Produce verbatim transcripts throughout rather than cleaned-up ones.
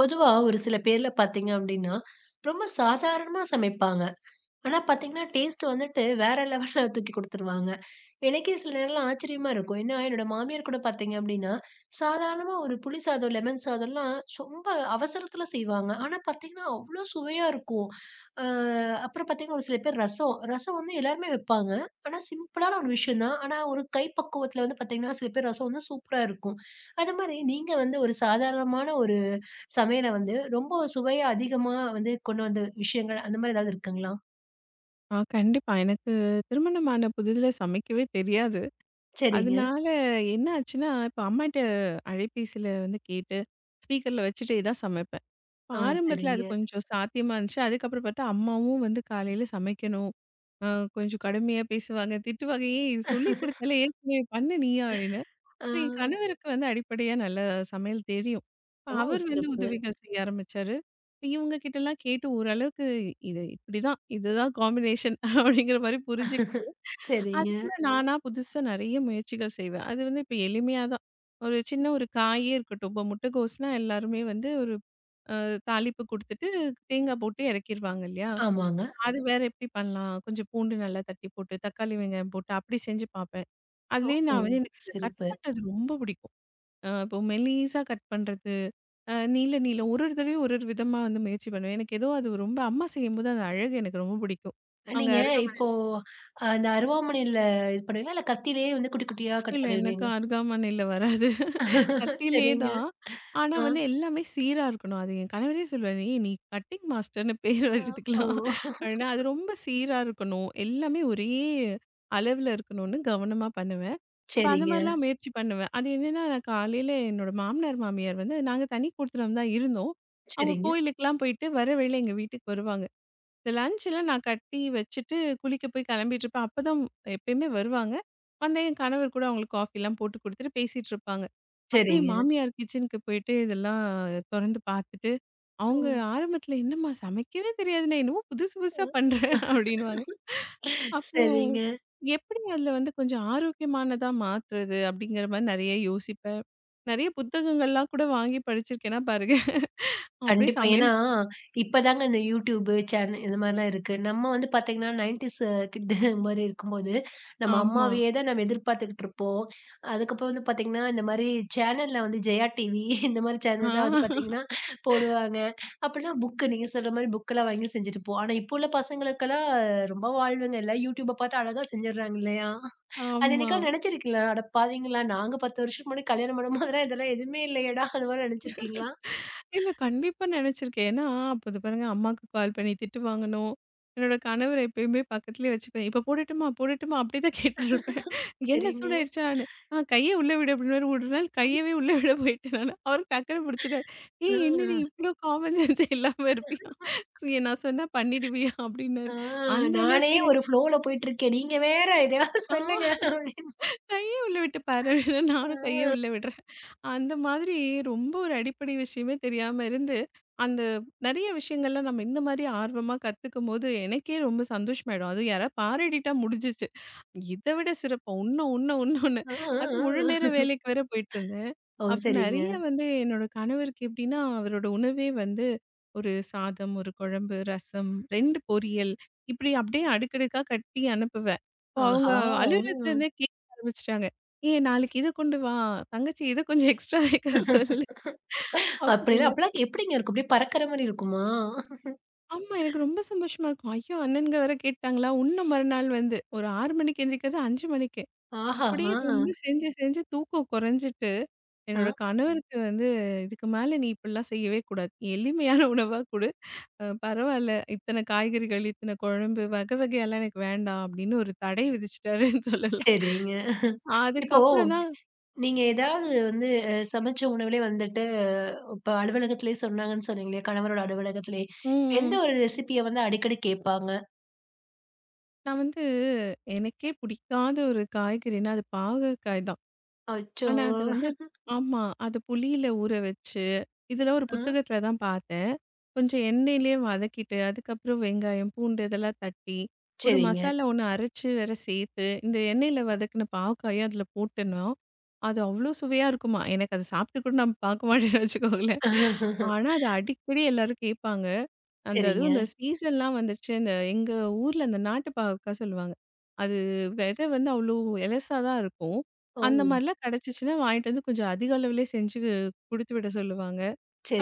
பொதுவா ஒரு சில பேர்ல பார்த்தீங்க அப்டின்னா, ரொம்ப சாதாரணமா சமைப்பாங்க. ஆனா பார்த்தீங்கன்னா, டேஸ்ட் வந்துட்டு வேற லெவல்ல தூக்கி குடுத்துருவாங்க. எனக்கே சில நேரம்லாம் ஆச்சரியமா இருக்கும். ஏன்னா, என்னோட மாமியார் கூட பார்த்தீங்க அப்டின்னா, சாதாரணமா ஒரு புளி சாதம், லெமன் சாதம்லாம் ரொம்ப அவசரத்துல செய்வாங்க. ஆனா பார்த்தீங்கன்னா, அவ்ளோ சுவையா இருக்கும். அ அப்புறம் பார்த்தீங்கன்னா, ஒரு சில பேர் ரசம். ரசம் வந்து எல்லாருமே வைப்பாங்க. ஆனா சிம்பிளான ஒரு விஷயம் தான். ஆனா ஒரு கை பக்குவத்துல வந்து பார்த்தீங்கன்னா, சில பேர் ரசம் வந்து சூப்பரா இருக்கும். அது மாரி நீங்க வந்து ஒரு சாதாரணமான ஒரு சமையல வந்து ரொம்ப சுவையா அதிகமா வந்து கொண்டு வந்த விஷயங்கள் அந்த மாரி ஏதாவது இருக்குங்களா? ஆ கண்டிப்பா. எனக்கு திருமணமான புதிதில சமைக்கவே தெரியாது. சரிங்க. அதனால என்ன ஆச்சுன்னா, இப்ப அம்மாட்ட அழைபேசியில வந்து கேட்டு, ஸ்பீக்கர்ல வச்சுட்டே தான் சமைப்பேன். இப்ப ஆ, ஆரம்பத்தில சரிங்க. அது கொஞ்சம் சாத்தியமா இருந்துச்சு. அதுக்கப்புறம் பார்த்தா அம்மாவும் வந்து காலையில சமைக்கணும். அ கொஞ்சம் கடுமையா பேசுவாங்க, திட்டுவாங்க. "ஏய்! சொல்லிக் குடுத்தேன்ல ஏற்கனவே பண்ணு நீயா" அப்படின்னு. அப்புறம் என் ஆ. கணவருக்கு வந்து அடிப்படையா நல்ல சமையல் தெரியும். இப்ப ஓ! அவர் வந்து சிறப்பு. உதவிகள் செய்ய ஆரம்பிச்சாரு. இப்ப இவங்க கிட்டலாம் கேட்டு ஓரளவுக்கு இது இப்படிதான். இதுதான் காம்பினேஷன் அப்படிங்கிற மாரி புரிஞ்சுகிட்டு, சரிங்க. அதுக்கப்புறம் நானா புதுசா நெறைய முயற்சிகள் செய்வேன். அது வந்து இப்ப எளிமையா தான். ஒரு சின்ன ஒரு காயே இருக்கட்டும். இப்ப முட்டைகோஸ்னா எல்லாருமே வந்து ஒரு அ தாளிப்பு குடுத்துட்டு தேங்காய் போட்டு இறக்கிருவாங்க இல்லையா? ஆமாங்க. அது வேற எப்படி பண்ணலாம்? கொஞ்சம் பூண்டு நல்லா தட்டி போட்டு, தக்காளி, வெங்காயம் போட்டு அப்படி செஞ்சு பார்ப்பேன். ஓ! அதுலயே ஓ, நான் வந்து எனக்கு இந்த கட் சிறப்பு. பண்றது ரொம்ப பிடிக்கும். அ இப்போ மெல்லிசா கட் பண்றது, அ நீள நீள ஒரு ஒரு தடவையும் ஒரு ஒரு விதமா வந்து முயற்சி பண்ணுவேன். எனக்கு ஏதோ அது ரொம்ப அம்மா செய்யும்போது அந்த அழகு எனக்கு ரொம்ப பிடிக்கும். அங்க நீங்க இப்போ அஹ், அந்த அருவாமனையில இது பண்ணுவீங்களா? இல்ல கத்தியிலேயே வந்து குட்டி குட்டியா கட் அருகாமனையில எனக்கு பண்ணிருவீங்க? அருகாமனையில வராது. கத்தியிலே சரிங்க. தான். ஆனா ஆ, வந்து எல்லாமே சீரா இருக்கணும். அது என் கணவரே சொல்லுவாரு, "ஏய் நீ கட்டிங் மாஸ்டர்ன்னு பேர் ஆ. ஓ! எடுத்துக்கலாம்." அப்படின்னா அது ரொம்ப சீரா இருக்கணும். எல்லாமே ஒரே அளவுல இருக்கணும்னு கவனமா பண்ணுவேன். அப்ப அந்த சரிங்க, மாரிலாம் முயற்சி பண்ணுவேன். அது என்னன்னா நான் காலையில என்னோட மாமனார், மாமியார் வந்து நாங்க தனி குடுத்தனம் தான் இருந்தோம். அவங்க சரிங்க, கோயிலுக்குலாம் போயிட்டு வர வழியில எங்க வீட்டுக்கு வருவாங்க. இந்த லஞ்ச் எல்லாம் நான் கட்டி வச்சுட்டு குளிக்க போய் கிளம்பிட்டு இருப்பேன். அப்பதான் எப்பயுமே வருவாங்க. வந்தா என் கணவர் கூட அவங்களுக்கு காஃபிலாம் போட்டு குடுத்துட்டு பேசிட்டு இருப்பாங்க. அப்ப என் சரிங்க. மாமியார் கிச்சனுக்கு போயிட்டு இதெல்லாம் தொறந்து பார்த்துட்டு, அவங்க ம். ஆரம்பத்துல "என்னம்மா சமைக்கவே தெரியாதுன்னா என்னமோ புதுசு புதுசா பண்ற" அப்படின்னுவாங்க. அப்புறம் சரிங்க. எப்படி அதுல வந்து கொஞ்சம் ஆரோக்கியமானதா மாத்துறது அப்படிங்கிற மாரி நெறைய யோசிப்பேன். நெறைய புத்தகங்கள்லாம் கூட வாங்கி படிச்சிருக்கேன்னா பாருங்க. அப்படியே கண்டிப்பா. ஏன்னா, சமையல் இப்பதாங்க இந்த YouTube, சேனல் இந்த மாரிலாம் இருக்கு. நம்ம வந்து பாத்தீங்கன்னா 90ஸ் கிட்டு மாரி இருக்கும்போது, நம்ம ஆமா. அம்மாவையே தான் நம்ம எதிர்பார்த்துக்கிட்டு இருப்போம். அதுக்கப்புறம் வந்து பாத்தீங்கன்னா, இந்த மாரி சேனல்ல வந்து ஜெயா டிவி இந்த மாரி ஆ சேனல்லாம் வந்து பாத்தீங்கன்னா போடுவாங்க. அப்படின்னா புக்கு நீங்க சொல்ற மாரி புக்கெல்லாம் வாங்கி செஞ்சுட்டுப்போம். ஆனா, இப்போ உள்ள பசங்களுக்கெல்லாம் ரொம்ப வாழ்வுங்க. எல்லாம் YouTubeஅ பாத்து அழகா செஞ்சுடுறாங்க இல்லையா? அது ஆமா. என்னைக்காவது நினைச்சிருக்கீங்களா? அட பாவிங்களா! நாங்க பத்து வருஷத்துக்கு முன்னாடி கல்யாணம் பண்ணும்போதெல்லாம் இதெல்லாம் எதுவுமே இல்லையேடா! அந்த மாரி நினைச்சிருக்கீங்களா? இல்ல கண்டிப்பா நெனச்சிருக்கேன். ஏன்னா, அப்ப இது பாருங்க அம்மாக்கு கால் பண்ணி திட்டு வாங்கணும். என்னோட கணவர எப்பயுமே பக்கத்துலயே வச்சுப்பேன். "இப்ப போடட்டுமா? போடட்டுமா?" அப்படிதான் கேட்டுட்டுருப்பேன். "என்ன சரிங்க. சூடாயிடுச்சான்னு?" "ஆ கைய உள்ள விடு" அப்படின்னுவாரு. ஒரு நாள் கையவே உள்ள விட போயிட்டேன் நானு. அவரு டக்குனு புடிச்சுட்டாரு. ஆ. "ஏய் என்னடி இவ்ளோ காமன் சென்ஸ் இல்லாம இருப்பியா? சரி, நான் சொன்னா பண்ணிடுவியா?" அப்படின்னாரு. ஆ அந்த நானே அளவுக்கு எனக்கு ஒரு ஃப்ளோல போயிட்டுருக்கேன். நீங்க வேற எதையாவது ஆ. சொல்லுங்க அப்படின்னு. கைய உள்ள விட்டு பாரு! அப்படின்னு நானும் ஆ, கைய உள்ள விடுறேன். அந்த மாதிரி ரொம்ப ஒரு அடிப்படை விஷயமே தெரியாம இருந்து, அந்த நெறைய விஷயங்கள்ல நம்ம இந்த மாரி ஆர்வமா கத்துக்கும்போது, எனக்கே ரொம்ப சந்தோஷமாயிடும். அதுவும் யாராவது பாராட்டிட்டா முடிஞ்சிச்சு. இத விட சிறப்பா உன்னும், உன்னும், உன்னும்னு. ஆ, அதுவும் முழு நேர ஆ. வேலைக்கு வேற போயிட்டுருந்தேன். ஓ! அப்ப நெறைய சரிங்க. வந்து என்னோட கணவருக்கு எப்படின்னா, அவரோட உணவே வந்து ஒரு சாதம், ஒரு குழம்பு, ரசம், இரண்டு பொரியல் இப்படி அப்படியே அடுக்கடுக்கா கட்டி அனுப்புவேன். இப்போ அவங்க ஆஹா! ம். அலுவலகத்துலேருந்தே ஆரம்பிச்சுட்டாங்க. "ஏய் நாளைக்கு இத கொண்டு வா, தங்கச்சி இத கொஞ்சம் எக்ஸ்ட்ரா வைக்க சொல்லு" அப்படிலாம் அப்படின்னு. அப்பலாம் எப்படிங்க இருக்கும்? அப்படியே பறக்கிற மாரி இருக்குமா? ஆமா எனக்கு ரொம்ப சந்தோஷமா இருக்கும். ஐயோ! அண்ணனுங்க வேற கேட்டாங்களா, இன்னும் மறுநாள் வந்து ஒரு ஆறு மணிக்கு எந்திரிக்கிறது ஐந்து மணிக்கு. ஆஹா! அப்படியே ஆ. ரொம்ப செஞ்சு செஞ்சு தூக்கம் குறைஞ்சிட்டு, ஆ. என்னோட கணவருக்கு வந்து "இதுக்கு மேல நீ இப்படிலாம் செய்யவே கூடாது. நீ எளிமையான உணவா குடு. அ பரவால்ல இத்தனை காய்கறிகள், இத்தனை குழம்பு வகை வகையாலாம் எனக்கு வேண்டாம்" அப்படின்னு ஒரு தடை விதிச்சுட்டாருன்னு சொல்லலாம். சரிங்க. இப்போ அதுக்கப்புறம் தான் நீங்க ஏதாவது வந்து அ சமைச்ச உணவுலே வந்துட்டு இப்ப அலுவலகத்திலே சொன்னாங்கன்னு சொன்னீங்களே, கணவரோட அலுவலகத்திலே. ம். எந்த ம். ஒரு ரெசிபிய வந்து அடிக்கடி கேட்பாங்க? நான் வந்து எனக்கே பிடிக்காத ஒரு காய்கறின்னா, அது பாகற்காய் தான். அச்சோ! ஆனா அது வந்து ஆமா. அது புளியில ஊற வச்சு, இதெல்லாம் ஒரு ஆ. புத்தகத்தில தான் பார்த்தேன். கொஞ்சம் எண்ணெயிலேயே வதக்கிட்டு, அதுக்கப்புறம் வெங்காயம், பூண்டு இதெல்லாம் தட்டி, ஒரு சரிங்க. மசாலா ஒண்ணு அரைச்சு வேற சேர்த்து, இந்த எண்ணெயில வதக்கின பாவக்காயும் அதில போட்டேன்னா, அது அவ்ளோ சுவையா இருக்குமா! எனக்கு அது சாப்பிட்டு கூட நான் பார்க்க மாட்டேன்னு வச்சுக்கோங்களேன். ஆனா, அது அடிக்கடி எல்லாரும் கேட்பாங்க. அந்த அதுவும் சரிங்க. இந்த சீசன்லாம் வந்துருச்சு, இந்த எங்க ஊர்ல அந்த நாட்டு பாவக்கா சொல்லுவாங்க. அது விதை வந்து அவ்ளோ எலசா தான் இருக்கும். ஓ! அந்த மாரிலாம் கிடைச்சுச்சுன்னா, வாங்கிட்டு வந்து கொஞ்சம் அதிக அளவுலயே செஞ்சு குடுத்து விட சொல்லுவாங்க.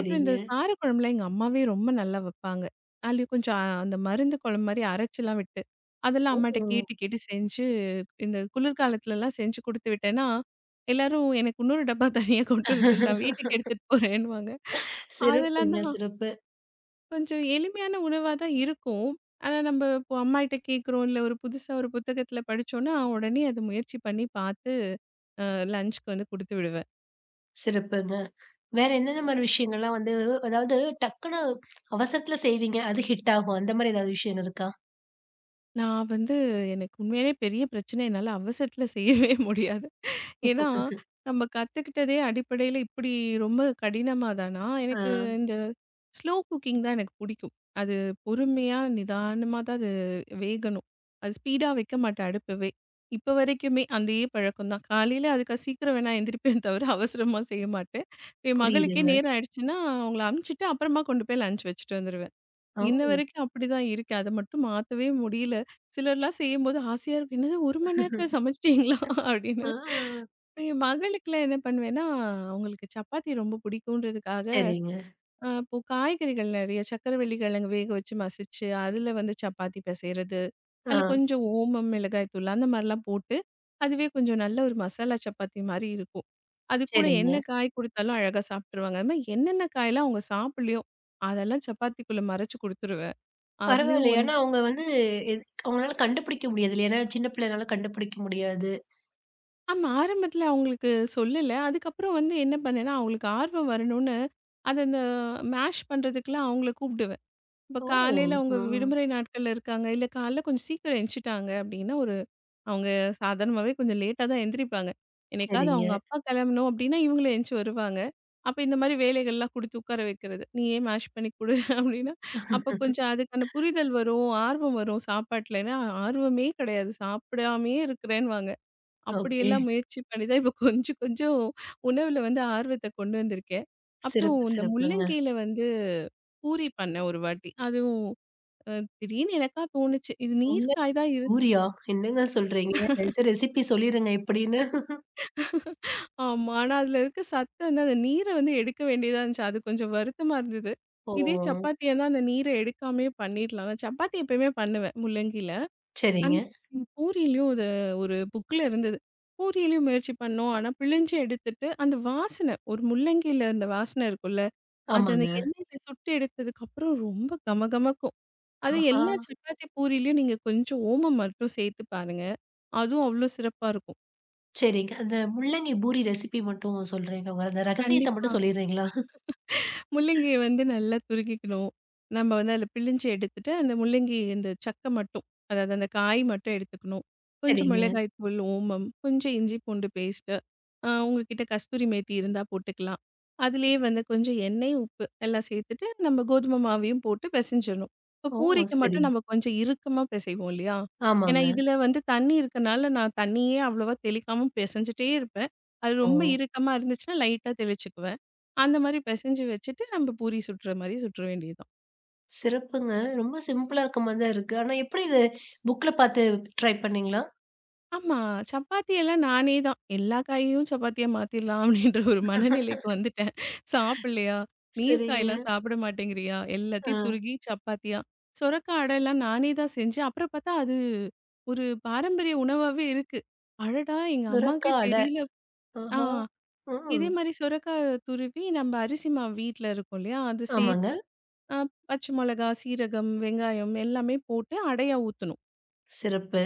அப்புறம் இந்த காரக்குழம்புலாம் எங்க அம்மாவே ரொம்ப நல்லா வைப்பாங்க. அதுலயும் கொஞ்சம் அ- அந்த மருந்து குழம்பு மாரி அரைச்சுலாம் விட்டு, அதெல்லாம் ஓ! அம்மாட்ட கேட்டு கேட்டு செஞ்சு, இந்த குளிர்காலத்துலலாம் செஞ்சு குடுத்து விட்டேன்னா, எல்லாரும் எனக்கு இன்னொரு டப்பா தனியா கொண்டு வர சொல்லலாம். வீட்டுக்கு எடுத்துட்டு போறேன்னுவாங்க. அதெல்லாம் சிறப்புங்க, தான் சிறப்பு, கொஞ்சம் எளிமையான உணவா தான் இருக்கும். ஆனா நம்ப இப்போ அம்மாகிட்ட கேட்குறோம், இல்ல ஒரு புதுசா ஒரு புத்தகத்தில படிச்சோம்னா, உடனே அத முயற்சி பண்ணி பார்த்து அ லஞ்ச்க்கு வந்து குடுத்து விடுவேன். சிறப்புங்க. வேற என்னென்ன மாரி விஷயங்கள்லாம் வந்து அதாவது டக்குனு அவசரத்துல செய்வீங்க. அது ஹிட் ஆகும். அந்த மாரி ஏதாவது விஷயம் இருக்கா? நான் வந்து எனக்கு உண்மையிலே பெரிய பிரச்சனை என்னால அவசரத்தில செய்யவே முடியாது. ஏன்னா, நம்ம கத்துக்கிட்டதே அடிப்படையில இப்டி ரொம்ப கடினமா தானா, ஆ, எனக்கு இந்த ஸ்லோ குக்கிங் தான் எனக்கு பிடிக்கும். அது பொறுமையா, நிதானமா தான் அது வேகணும். அது ஸ்பீடா வைக்க மாட்டேன் அடுப்பவே. இப்போ வரைக்குமே அதே பழக்கம் தான். காலையில அதுக்கு சீக்கிரம் வேணா எந்திரிப்பேன் தவிர அவசரமா செய்ய மாட்டேன். என் மகளுக்கே புரியுதுங்க. நேரம் ஆயிடுச்சுன்னா, அவங்கள அனுப்பிச்சுட்டு அப்புறமா கொண்டு போய் லஞ்ச் வச்சுட்டு வந்துருவேன். இன்ன ஓ! வரைக்கும் அப்படிதான் இருக்கு. அத மட்டும் மாத்தவே முடியல. சிலர்லாம் செய்யும்போது ஆசையா இருக்கும். "என்னது ஒரு மணி நேரத்துல சமைச்சிட்டீங்களா?" அப்படின்னு. ஆ, இப்ப என் மகளுக்குலாம் என்ன பண்ணுவேன்னா, அவங்களுக்கு சப்பாத்தி ரொம்ப பிடிக்குன்றதுக்காக, சரிங்க. அ இப்போ காய்கறிகள் நெறைய சக்கரவள்ளி கிழங்கு வேக வச்சு மசிச்சு, அதுல வந்து சப்பாத்தி பிசைறது, ஆ, அதுல கொஞ்சம் ஓமம், மிளகாய் தூள் அந்த மாரிலாம் போட்டு, அதுவே கொஞ்சம் நல்ல ஒரு மசாலா சப்பாத்தி மாரி இருக்கும். அது கூட என்ன சரிங்க. காய் குடுத்தாலும் அழகா சாப்ட்டுருவாங்க. அது மாரி என்னென்ன காயெல்லாம் அவங்க சாப்பிடலையோ, அதெல்லாம் சப்பாத்திக்குள்ள மறைச்சு குடுத்துருவேன். அதுலயும் பரவாயில்லையே. வந்து ஆனா அவங்க வந்து எது அவங்களால கண்டுபிடிக்க முடியாது இல்லையா? ஏன்னா சின்ன பிள்ளைனால கண்டுபிடிக்க முடியாது. ஆமா. ஆரம்பத்துல அவங்களுக்கு சொல்லல. அதுக்கப்புறம் வந்து என்ன பண்ணேன்னா, அவங்களுக்கு ஆர்வம் வரணும்னு, அத அந்த மேஷ் பண்றதுக்குலாம் அவங்கள கூப்பிடுவேன். இப்ப ஓ! காலையில அவங்க ம். விடுமுறை நாட்கள்ல இருக்காங்க. இல்ல காலைல கொஞ்சம் சீக்கிரம் எந்திரிச்சுட்டாங்க அப்படின்னா, ஒரு அவங்க சாதாரணமாவே கொஞ்சம் லேட்டா தான் எந்திரிப்பாங்க. என்னைக்காவது சரிங்க. அவங்க அப்பா கிளம்பணும் அப்படின்னா, இவங்களே எந்திச்சு வருவாங்க. அப்ப இந்த மாதிரி வேலைகள்லாம் குடுத்து உட்கார வைக்கிறது. நீயே மேஷ் பண்ணி குடு அப்படின்னா, அப்ப கொஞ்சம் அதுக்கான புரிதல் வரும், ஆர்வம் வரும் சாப்பாட்டுலன்னா. ஆர்வமே கிடையாது. சாப்பிடாமயே இருக்கிறேன்னுவாங்க. ஓகே. அப்படியெல்லாம் முயற்சி பண்ணி தான் இப்ப கொஞ்சம் கொஞ்சம் உணவுல வந்து ஆர்வத்த கொண்டு வந்திருக்கேன். அப்புறம் சிறப்பு, இந்த சிறப்புங்க. முள்ளங்கியில வந்து பூரி பண்ணேன் ஒரு வாட்டி. அதுவும் அ திடீர்னு எனக்கா தோணுச்சு. இது உண்மையா நீர்க்காய் தான் இருக்கு. பூரியா? என்னங்க சொல்றீங்க? தயவுசெய்து ரெசிபி சொல்லிருங்க எப்படின்னு? ஆமா. ஆனா அதுல இருக்க சத்து வந்து அந்த நீர வந்து எடுக்க வேண்டியதா இருந்துச்சு. அது கொஞ்சம் வருத்தமா இருந்தது. ஓ! இதே சப்பாத்தியானா அந்த நீர எடுக்காமயே பண்ணிடலாம். நான் சப்பாத்தி எப்பயுமே பண்ணுவேன் முள்ளங்கியில. ஆனா சரிங்க. பூரியிலயும் அது ஒரு புக்ல இருந்தது. பூரியிலயும் முயற்சி பண்ணோம். ஆனா பிழிஞ்சு எடுத்துட்டு அந்த வாசனை ஒரு முள்ளங்கியில அந்த வாசனை இருக்கும்ல. அது அந்த ஆமாங்க. எண்ணெயில சுட்டு எடுத்ததுக்கு அப்புறம் ரொம்ப கமகமக்கும். அது ஆஹா! எல்லா சப்பாத்தி, பூரியிலயும் நீங்க கொஞ்சம் ஓமம் மட்டும் சேர்த்து பாருங்க. அதுவும் அவ்ளோ சிறப்பா இருக்கும். சரிங்க. அந்த முள்ளங்கி பூரி ரெசிபி மட்டும் சொல்றீங்களா? உங்க அந்த ரகசியத்த கண்டிப்பா. மட்டும் சொல்லிர்றீங்களா? முள்ளங்கிய வந்து நல்லா துருக்கிக்கணும். நம்ம வந்து அதில பிழிஞ்சு எடுத்துட்டு, அந்த முள்ளங்கி இந்த சக்க மட்டும், அதாவது அந்த காய் மட்டும் எடுத்துக்கணும். கொஞ்சம் சரிங்க. மிளகாய் தூள், ஓமம், கொஞ்சம் இஞ்சி பூண்டு பேஸ்ட்டு, அ உங்ககிட்ட கஸ்தூரி மேத்தி இருந்தா போட்டுக்கலாம். அதிலேயே வந்து கொஞ்சம் எண்ணெய், உப்பு எல்லாம் சேர்த்துட்டு, நம்ம கோதுமை மாவையும் போட்டு பெசஞ்சிடணும். இப்போ ஓ! பூரிக்கு சரி. மட்டும் நம்ம கொஞ்சம் இறுக்கமா பெசைவோம் இல்லையா? ஏன்னா ஆமாங்க. இதில வந்து தண்ணி இருக்கனால, நான் தண்ணியே அவ்வளவா தெளிக்காம பெசஞ்சுட்டே இருப்பேன். அது ஓ! ரொம்ப இறுக்கமா இருந்துச்சுன்னா லைட்டா தெளிச்சுக்குவேன். அந்த மாரி பெசஞ்சு வச்சுட்டு, நம்ம பூரி சுடுற மாரி சுட்டுற வேண்டியது தான். சிறப்புங்க. ரொம்ப சிம்பிளா இருக்க மாரி தான் இருக்கு. ஆனா எப்படி இது புக்ல பாத்து ட்ரை பண்ணீங்களா? ஆமா, சப்பாத்தி எல்லாம் நானே தான். எல்லா காயையும் சப்பாத்தியா மாத்திடலாம் அப்படின்ற ஒரு மனநிலைக்கு வந்துட்டேன். சாப்பிடலையா? சரிங்க. நீர்க்காயெல்லாம் சாப்பிட மாட்டேங்கிறியா? ஆ. எல்லாத்தையும் துருகி சப்பாத்தியா. சொரக்கா அடைலாம் நானே தான் செஞ்சு, அப்புறம் பார்த்தா அது ஒரு பாரம்பரிய உணவாவே இருக்கு. அடடா! எங்க சுரக்கா அம்மாக்கே அடை. தெரியல. ஆ ஆஹா! ம். இதே மாரி சொரக்கா துருவி நம்ம அரிசி மாவு வீட்ல இருக்கும் இல்லையா? அது ஆமாங்க. சேர்த்து அ பச்சை மொளகா, சீரகம், வெங்காயம் எல்லாமே போட்டு அடையா ஊத்தணும். சிறப்பு.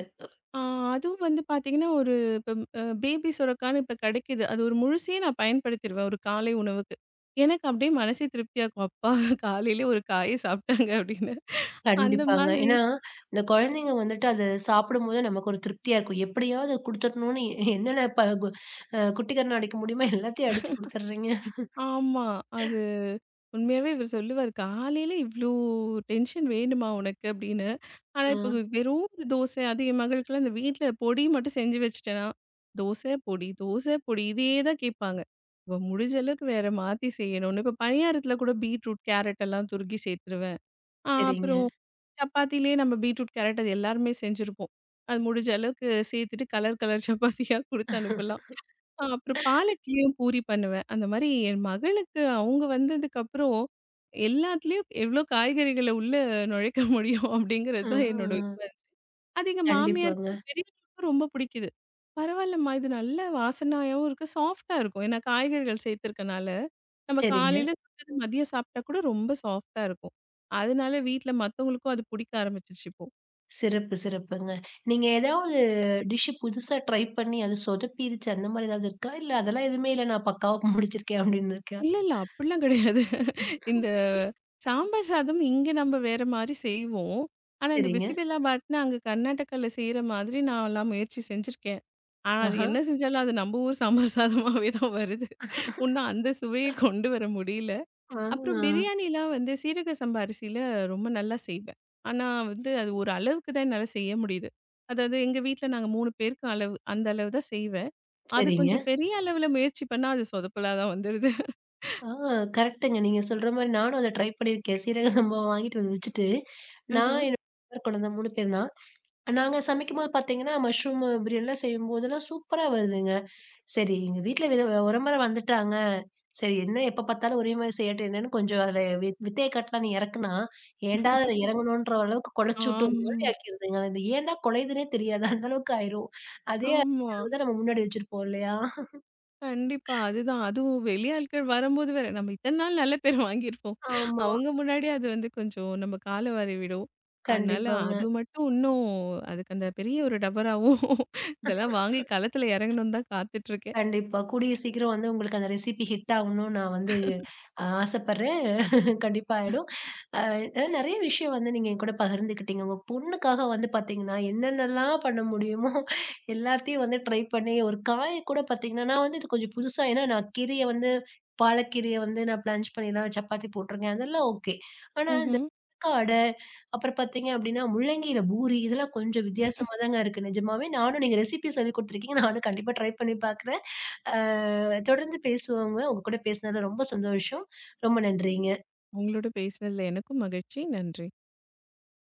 ஆ அதுவும் வந்து பார்த்தீங்கன்னா, ஒரு இப்ப அ பேபி சுரக்கான்னு இப்ப கெடைக்குது. அது ஒரு முழுசே நான் பயன்படுத்திருவேன் ஒரு காலை உணவுக்கு. எனக்கு அப்படியே மனசே திருப்தியா இருக்கும். அப்பா காலையிலே ஒரு காய சாப்பிட்டாங்க அப்படின்னு. அந்த கண்டிப்பாங்க. மாதிரி ஏன்னா, இந்த குழந்தைங்க வந்துட்டு அத சாப்பிடும்போது நமக்கு ஒரு திருப்தியா இருக்கும். எப்படியாவது குடுத்துடணும்னு என்னென்ன ப கு அ குட்டி கரணம் அடிக்க முடியுமோ எல்லாத்தையும் அடிச்சு குடுத்துர்றீங்க. ஆமா. அது உண்மையாவே இவர் சொல்லுவாரு, "காலையில இவ்ளோ டென்ஷன் வேணுமா உனக்கு?" அப்படின்னு. ஆனா, ஆ. இப்ப வெறும் ஒரு தோசை அது என் மகளுக்கெல்லாம் இந்த வீட்ல பொடி மட்டும் செஞ்சு வச்சுட்டேன்னா, "தோசை பொடி, தோசை பொடி" இதையே தான் கேட்பாங்க. இப்ப முடிஞ்ச அளவுக்கு வேற மாத்தி செய்யணும்னு. இப்ப பணியாரத்துல கூட பீட்ரூட், கேரட் எல்லாம் துருக்கி சேர்த்துருவேன். ஆ சரிங்க. அப்புறம் சப்பாத்திலயே நம்ம பீட்ரூட், கேரட் அது எல்லாருமே செஞ்சிருப்போம். அது முடிஞ்ச அளவுக்கு சேர்த்துட்டு கலர் கலர் சப்பாத்தியா குடுத்து அனுப்பலாம். ஆ அப்புறம் பாலக்கீரையும் பூரி பண்ணுவேன். அந்த மாரி என் மகளுக்கு அவங்க வந்ததுக்கப்புறம், எல்லாத்துலயும் எவ்ளோ காய்கறிகள உள்ள நுழைக்க முடியும் அப்படிங்கிறது தான் என்னோட ஆ, இதுவா இருந்துச்சு. அது எங்க கண்டிப்பாங்க. மாமியாருக்கு பெரியவங்களுக்கும் ரொம்ப பிடிக்குது. பரவாயில்லம்மா இது நல்ல வாசனையாவும் இருக்கு, சாஃப்ட்டா இருக்கும். ஏன்னா காய்கறிகள் சேர்த்திருக்கனால, நம்ம சரிங்க. காலையில சுட்டது மதியம் சாப்பிட்டா கூட ரொம்ப சாஃப்ட்டா இருக்கும். அதனால வீட்ல மத்தவங்களுக்கும் அது பிடிக்க ஆரம்பிச்சுருச்சு இப்போ. சிறப்பு, சிறப்புங்க. நீங்க ஏதாவது டிஷ் புதுசா ட்ரை பண்ணி அது சொதப்பிருச்சு அந்த மாரி ஏதாவது இருக்கா? இல்ல அதெல்லாம் எதுவுமே இல்ல நான் பக்காவா முடிச்சிருக்கேன் அப்படின்னு இருக்கா? இல்ல, இல்ல அப்படிலாம் கிடையாது. இந்த சாம்பார் சாதம் இங்க நம்ம வேற மாரி செய்வோம். ஆனா, இந்த சரிங்க. பிசிபெல்லா பாத்னா அங்க கர்நாடகால செய்ற மாதிரி நான்லாம் முயற்சி செஞ்சிருக்கேன். ஆனா, அது ஆஹா. என்ன செஞ்சாலும் அது நம்ம ஊர் சாம்பார் சாதமாவே தான் வருது. உன்னும் அந்த சுவைய கொண்டு வர முடியல. அப்புறம் ஆ, பிரியாணிலாம் வந்து சீரக சம்பா அரிசியில ரொம்ப நல்லா செய்வேன். ஆனா, வந்து அது ஒரு அளவுக்கு தான் என்னால செய்ய முடியுது. அதாவது எங்க வீட்ல நாங்க மூணு பேருக்கு அளவு அந்த அளவு தான் செய்வேன். அது சரிங்க. கொஞ்சம் பெரிய அளவுல முயற்சி பண்ணா அது சொதப்பலா தான் வந்துருது. ஆ, கரெக்ட்டுங்க. நீங்க சொல்ற மாரி நானும் அத ட்ரை பண்ணியிருக்கேன். சீரக சம்பா வாங்கிட்டு வந்து வச்சுட்டு, நான் ஆஹ. என்னோட கணவர் குழந்த மூணு பேர் தான். நாங்க சமைக்கும்போது பார்த்தீங்கன்னா, மஷ்ரூம் பிரியாணிலாம் செய்யும்போதெல்லாம் சூப்பரா வருதுங்க. சரி, எங்க வீட்ல வித உறமுறை வந்துட்டாங்க. சரி, என்ன எப்ப பார்த்தாலும் ஒரே மாரி செய்யட்டும் என்னன்னு கொஞ்சம் அதுல வி வித்தைய காட்டலான்னு இறக்குனா, ஏன்டா அதுல இறங்கணுன்ற அளவுக்கு குழச்சுட்டு ஒரு மாரி ஆமா, ஆக்கிருதுங்க. அது ஏன்டா குழையுதுன்னே தெரியாது. அந்த அளவுக்கு ஆயிரும். அதே ஆமா. நம்ம முன்னாடி வச்சிருப்போம் இல்லையா? கண்டிப்பா. அதுதான். அதுவும் வெளியாட்கள் வரும்போது வேற, நம்ம இத்தன நாள் நல்ல பேர் வாங்கியிருப்போம். ஆமா. அவங்க முன்னாடி அது வந்து கொஞ்சம் நம்ம கால வாரிவிடும். அதனால கண்டிப்பாங்க. அது மட்டும் இன்னும் அதுக்கு அந்த பெரிய ஒரு டபராவும் இதெல்லாம் வாங்கி களத்துல இறங்கணும்னு தான் காத்துட்டு இருக்கேன். கண்டிப்பா. கூடிய சீக்கிரம் வந்து உங்களுக்கு அந்த ரெசிபி ஹிட் ஆகணும்னு நான் வந்து அ ஆசைப்படுறேன். கண்டிப்பா ஆயிடும். அ நெறைய விஷயம் வந்து நீங்க என்கூட பகிர்ந்துக்கிட்டீங்க. உங்க பொண்ணுக்காக வந்து பார்த்தீங்கன்னா, என்னென்னலாம் பண்ண முடியுமோ எல்லாத்தையும் வந்து ட்ரை பண்ணி, ஒரு காய கூட பார்த்தீங்கன்னா, நான் வந்து இது கொஞ்சம் புதுசா ஏன்னா நான் கீரைய வந்து பாலக்கீரைய வந்து நான் பிளான்ச் பண்ணிலாம் சப்பாத்தி போட்டுருக்கேன். அதெல்லாம் ஓகே. ஆனா இந்த ம்ஹ்ம். அட, அப்புறம் பார்த்தீங்க அப்படின்னா, முள்ளங்கியில பூரி இதெல்லாம் கொஞ்சம் வித்தியாசமா தாங்க இருக்கு. நிஜமாவே நானும் நீங்க ரெசிபி சொல்லிக் குடுத்துருக்கீங்க. நானும் கண்டிப்பா ட்ரை பண்ணி பார்க்குறேன். அ தொடர்ந்து பேசுவோங்க. உங்க கூட பேசினதுல ரொம்ப சந்தோஷம். ரொம்ப நன்றிங்க. உங்களோட பேசினதுல எனக்கும் மகிழ்ச்சி. நன்றி.